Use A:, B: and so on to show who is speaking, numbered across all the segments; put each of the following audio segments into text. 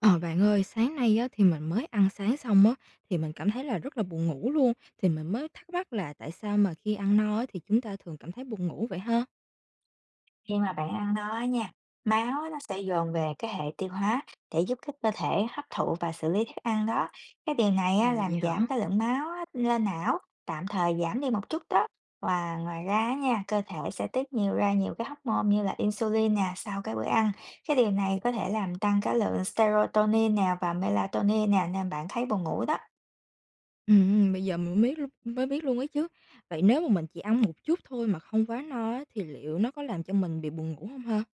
A: Ờ, bạn ơi, sáng nay á, thì mình mới ăn sáng xong á, thì mình cảm thấy là rất là buồn ngủ luôn, thì mình mới thắc mắc là tại sao mà khi ăn no á, thì chúng ta thường cảm thấy buồn ngủ vậy ha?
B: Khi mà bạn ăn nó á nha, máu nó sẽ dồn về cái hệ tiêu hóa để giúp cái cơ thể hấp thụ và xử lý thức ăn đó. Cái điều này á,
A: À, vậy
B: làm
A: hả?
B: giảm cái lượng máu á, lên não, tạm thời giảm đi một chút đó. Và ngoài ra á nha, cơ thể sẽ tiết nhiều ra nhiều cái hormone như là insulin nè sau cái bữa ăn. Cái điều này có thể làm tăng cái lượng serotonin nè và melatonin nè nên bạn thấy buồn ngủ đó.
A: Bây giờ mình mới biết luôn ấy chứ. Vậy nếu mà mình chỉ ăn một chút thôi mà không quá no á, thì liệu nó có làm cho mình bị buồn ngủ không ha?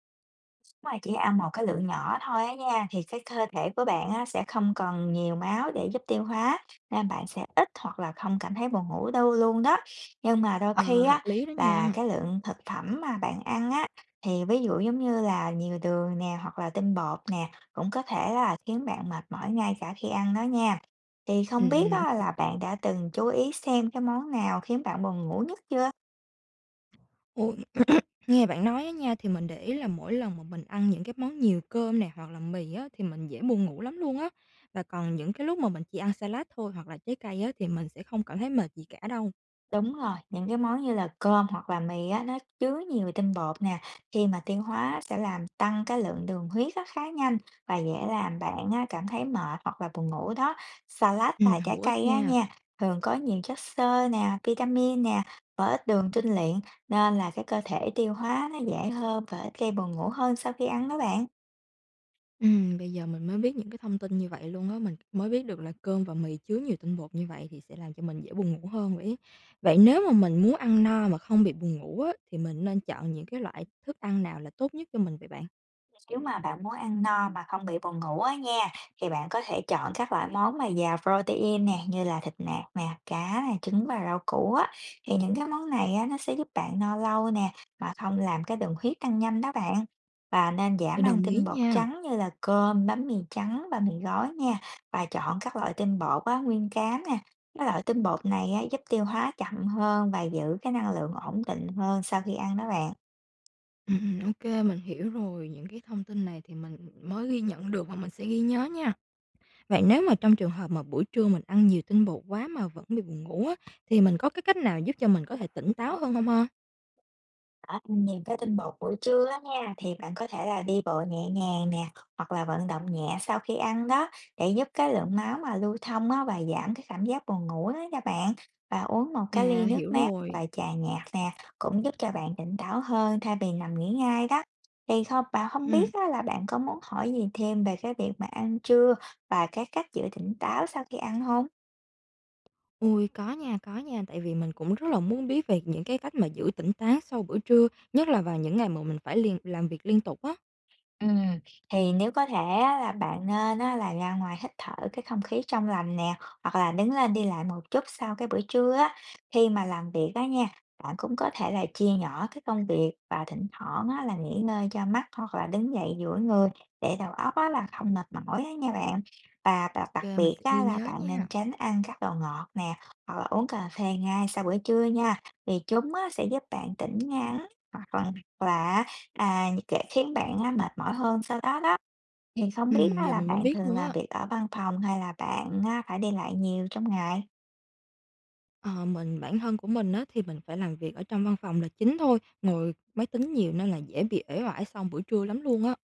B: Mà chỉ ăn một cái lượng nhỏ thôi á nha, thì cái cơ thể của bạn á sẽ không cần nhiều máu để giúp tiêu hóa, nên bạn sẽ ít hoặc là không cảm thấy buồn ngủ đâu luôn đó. Nhưng mà đôi
A: Ờ,
B: khi
A: hợp
B: á
A: lý đó
B: là
A: nha.
B: cái lượng thực phẩm mà bạn ăn á, thì ví dụ giống như là nhiều đường nè, hoặc là tinh bột nè, cũng có thể là khiến bạn mệt mỏi ngay cả khi ăn đó nha. Thì không biết
A: Ô
B: á là bạn đã từng chú ý xem cái món nào khiến bạn buồn ngủ nhất chưa?
A: Nghe bạn nói á nha, thì mình để ý là mỗi lần mà mình ăn những cái món nhiều cơm này hoặc là mì á, thì mình dễ buồn ngủ lắm luôn á. Và còn những cái lúc mà mình chỉ ăn salad thôi, hoặc là trái cây á, thì mình sẽ không cảm thấy mệt gì cả đâu.
B: Đúng rồi, những cái món như là cơm hoặc là mì á, nó chứa nhiều tinh bột nè, khi mà tiêu hóa sẽ làm tăng cái lượng đường huyết á, khá nhanh và dễ làm bạn á, cảm thấy mệt hoặc là buồn ngủ đó. Salad và trái
A: Hữu ích
B: cây á
A: nha.
B: nha, thường có nhiều chất xơ nè, vitamin nè và ít đường tinh luyện nên là cái cơ thể tiêu hóa nó dễ hơn và ít gây buồn ngủ hơn sau khi ăn đó bạn.
A: Bây giờ mình mới biết những cái thông tin như vậy luôn á, mình mới biết được là cơm và mì chứa nhiều tinh bột như vậy thì sẽ làm cho mình dễ buồn ngủ hơn vậy. Vậy nếu mà mình muốn ăn no mà không bị buồn ngủ á, thì mình nên chọn những cái loại thức ăn nào là tốt nhất cho mình vậy bạn?
B: Nếu mà bạn muốn ăn no mà không bị buồn ngủ á nha, thì bạn có thể chọn các loại món mà giàu protein nè, như là thịt nạc nè, cá nè, trứng và rau củ á. Thì những cái món này á, nó sẽ giúp bạn no lâu nè, mà không làm cái đường huyết tăng nhanh đó bạn. Và nên giảm ăn
A: Đồng ý
B: tinh bột
A: nha.
B: trắng như là cơm, bánh mì trắng và mì gói nha. Và chọn các loại tinh bột á, nguyên cám nè. Cái loại tinh bột này á, giúp tiêu hóa chậm hơn và giữ cái năng lượng ổn định hơn sau khi ăn đó bạn.
A: Ô Mình hiểu rồi, những cái thông tin này thì mình mới ghi nhận được và mình sẽ ghi nhớ nha. Vậy nếu mà trong trường hợp mà buổi trưa mình ăn nhiều tinh bột quá mà vẫn bị buồn ngủ á, thì mình có cái cách nào giúp cho mình có thể tỉnh táo hơn không ha?
B: Đó, những cái tinh bột buổi trưa á nha, thì bạn có thể là đi bộ nhẹ nhàng nè, hoặc là vận động nhẹ sau khi ăn đó, để giúp cái lượng máu mà lưu thông á, và giảm cái cảm giác buồn ngủ đó nha bạn. Và uống một cái
A: À,
B: ly nước
A: hiểu
B: mát
A: rồi,
B: và trà nhạt nè, cũng giúp cho bạn tỉnh táo hơn thay vì nằm nghỉ ngay đó. Thì không bạn không
A: ừm,
B: biết á, là bạn có muốn hỏi gì thêm về cái việc mà ăn trưa và cái cách giữ tỉnh táo sau khi ăn không?
A: ôi, có nha, tại vì mình cũng rất là muốn biết về những cái cách mà giữ tỉnh táo sau bữa trưa, nhất là vào những ngày mà mình phải làm việc liên tục á.
B: Ừm, thì nếu có thể á, là bạn nên á, là ra ngoài hít thở cái không khí trong lành nè, hoặc là đứng lên đi lại một chút sau cái bữa trưa á. Khi mà làm việc á nha, bạn cũng có thể là chia nhỏ cái công việc và thỉnh thoảng á, là nghỉ ngơi cho mắt hoặc là đứng dậy duỗi người để đầu óc á, là không mệt mỏi á nha bạn. Và
A: OK,
B: đặc
A: mình
B: biệt
A: sẽ ghi
B: á, là
A: nhớ
B: bạn
A: nha.
B: nên tránh ăn các đồ ngọt nè, hoặc là uống cà phê ngay sau bữa trưa nha, vì chúng á, sẽ giúp bạn tỉnh ngắn hoặc là hoặc là để khiến bạn á, mệt mỏi hơn sau đó đó, thì không biết
A: Ừ,
B: á,
A: giờ
B: là
A: mình mới
B: bạn
A: biết
B: thường
A: luôn
B: làm
A: á.
B: việc ở văn phòng hay là bạn, phải đi lại nhiều trong ngày?
A: Ờ, mình bản thân của mình á, thì mình phải làm việc ở trong văn phòng là chính thôi, ngồi máy tính nhiều nên là dễ bị uể oải sau buổi trưa lắm luôn á.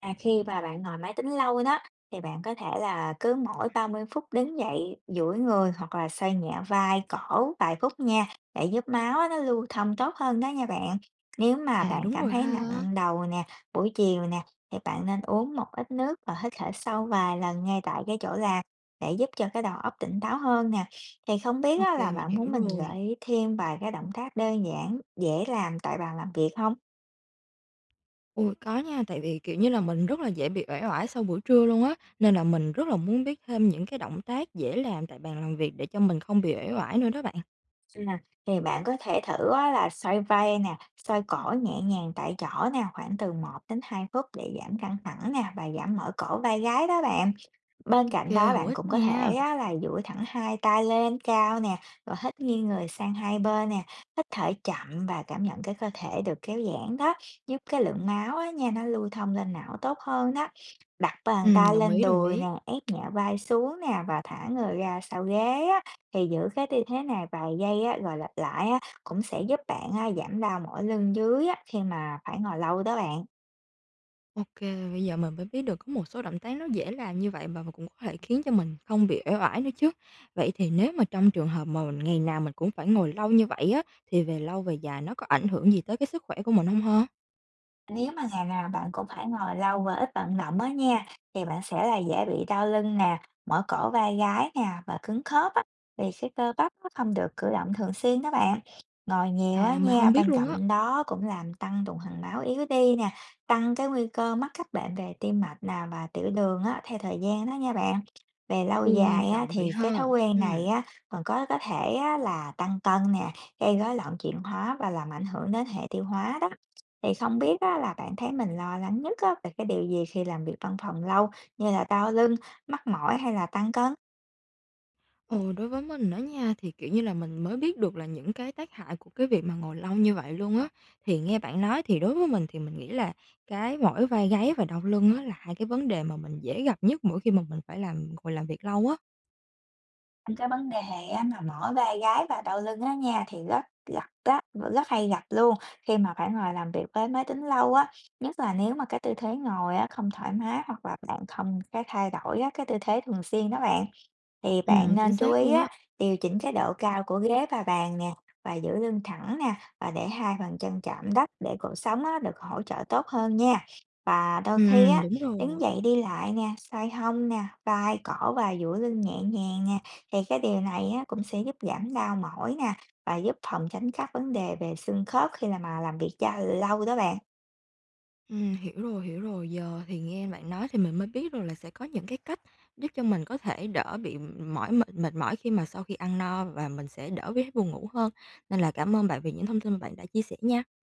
B: À, khi mà bạn ngồi máy tính lâu đó thì bạn có thể là cứ mỗi 30 phút đứng dậy duỗi người hoặc là xoay nhẹ vai, cổ vài phút nha để giúp máu á, nó lưu thông tốt hơn đó nha bạn. Nếu mà
A: À,
B: bạn
A: đúng
B: cảm
A: rồi
B: thấy
A: ha.
B: nặng đầu nè, buổi chiều nè thì bạn nên uống một ít nước và hít thở sâu vài lần ngay tại cái chỗ làm để giúp cho cái đầu óc tỉnh táo hơn nè. Thì không biết á,
A: OK,
B: là
A: mình
B: bạn
A: hiểu
B: muốn mình
A: rồi.
B: gợi ý thêm vài cái động tác đơn giản dễ làm tại bàn làm việc không?
A: Ôi, có nha, tại vì, kiểu như là, mình rất là dễ bị uể oải sau buổi trưa luôn á, nên là mình rất là muốn biết thêm những cái động tác dễ làm tại bàn làm việc để cho mình không bị uể oải nữa đó bạn.
B: À, thì bạn có thể thử á, là xoay vai nè, xoay cổ nhẹ nhàng tại chỗ nè, khoảng từ 1 đến 2 phút để giảm căng thẳng nè và giảm mỏi cổ vai gáy đó bạn. Bên
A: OK,
B: cạnh đó
A: hữu
B: bạn
A: ích
B: cũng có thể
A: nha.
B: á, là duỗi thẳng hai tay lên cao nè, rồi hít nghiêng người sang hai bên nè, hít thở chậm và cảm nhận cái cơ thể được kéo giãn đó, giúp cái lượng máu á, nha nó lưu thông lên não tốt hơn đó. Đặt bàn tay
A: Đồng
B: lên
A: ý, đồng
B: đùi
A: ý.
B: nè, ép nhẹ vai xuống nè và thả người ra sau ghế á, thì giữ cái tư thế này vài giây á, rồi lặp lại á, cũng sẽ giúp bạn á, giảm đau mỏi lưng dưới á, khi mà phải ngồi lâu đó bạn.
A: OK, bây giờ mình mới biết được có một số động tác nó dễ làm như vậy và cũng có thể khiến cho mình không bị uể oải nữa chứ. Vậy thì nếu mà trong trường hợp mà mình ngày nào mình cũng phải ngồi lâu như vậy á, thì về lâu về dài nó có ảnh hưởng gì tới cái sức khỏe của mình không hả?
B: Nếu mà ngày nào bạn cũng phải ngồi lâu và ít vận động á nha, thì bạn sẽ là dễ bị đau lưng nè, mỏi cổ vai gáy nè và cứng khớp á, vì cái cơ bắp nó không được cử động thường xuyên đó bạn. Ngồi nhiều á
A: À, mình
B: nha,
A: không biết
B: bên
A: luôn á.
B: cạnh đó cũng làm tăng tuần hoàn máu yếu đi nè, tăng cái nguy cơ mắc các bệnh về tim mạch nè và tiểu đường á, theo thời gian đó nha bạn. Về lâu
A: Ôi, nghiêm
B: dài á,
A: trọng vậy
B: thì cái thói
A: ha.
B: quen
A: Ừ.
B: này á, còn có thể á, là tăng cân nè, gây rối loạn chuyển hóa và làm ảnh hưởng đến hệ tiêu hóa đó. Thì không biết á, là bạn thấy mình lo lắng nhất á, về cái điều gì khi làm việc văn phòng lâu như là đau lưng, mắc mỏi hay là tăng cân?
A: Ừ, đối với mình đó nha, thì, kiểu như là, mình mới biết được là những cái tác hại của cái việc mà ngồi lâu như vậy luôn á. Thì nghe bạn nói thì đối với mình thì mình nghĩ là cái mỏi vai gáy và đau lưng á là hai cái vấn đề mà mình dễ gặp nhất mỗi khi mà mình phải ngồi làm việc lâu á.
B: Cái vấn đề mà mỏi vai gáy và đầu lưng á nha, thì rất gặp á, rất hay gặp luôn khi mà phải ngồi làm việc với máy tính lâu á, nhất là nếu mà cái tư thế ngồi á không thoải mái hoặc là bạn không cái thay đổi á, cái tư thế thường xuyên đó bạn. Thì bạn
A: Chính
B: nên chú
A: xác
B: ý
A: luôn á.
B: á, điều chỉnh cái độ cao của ghế và bàn nè, và giữ lưng thẳng nè, và để hai bàn chân chạm đất để cột sống á được hỗ trợ tốt hơn nha. Và đôi khi
A: Ừm, ừm,
B: á,
A: đúng
B: đứng
A: rồi.
B: dậy đi lại nè, xoay hông nè, vai, cổ và duỗi lưng nhẹ nhàng nè, thì cái điều này á, cũng sẽ giúp giảm đau mỏi nè và giúp phòng tránh các vấn đề về xương khớp khi là mà làm việc da lâu đó bạn.
A: Hiểu rồi, hiểu rồi. Giờ thì nghe bạn nói thì mình mới biết rồi là sẽ có những cái cách giúp cho mình có thể đỡ bị mỏi mệt mệt mỏi khi mà sau khi ăn no và mình sẽ đỡ bị buồn ngủ hơn. Nên là cảm ơn bạn vì những thông tin mà bạn đã chia sẻ nha.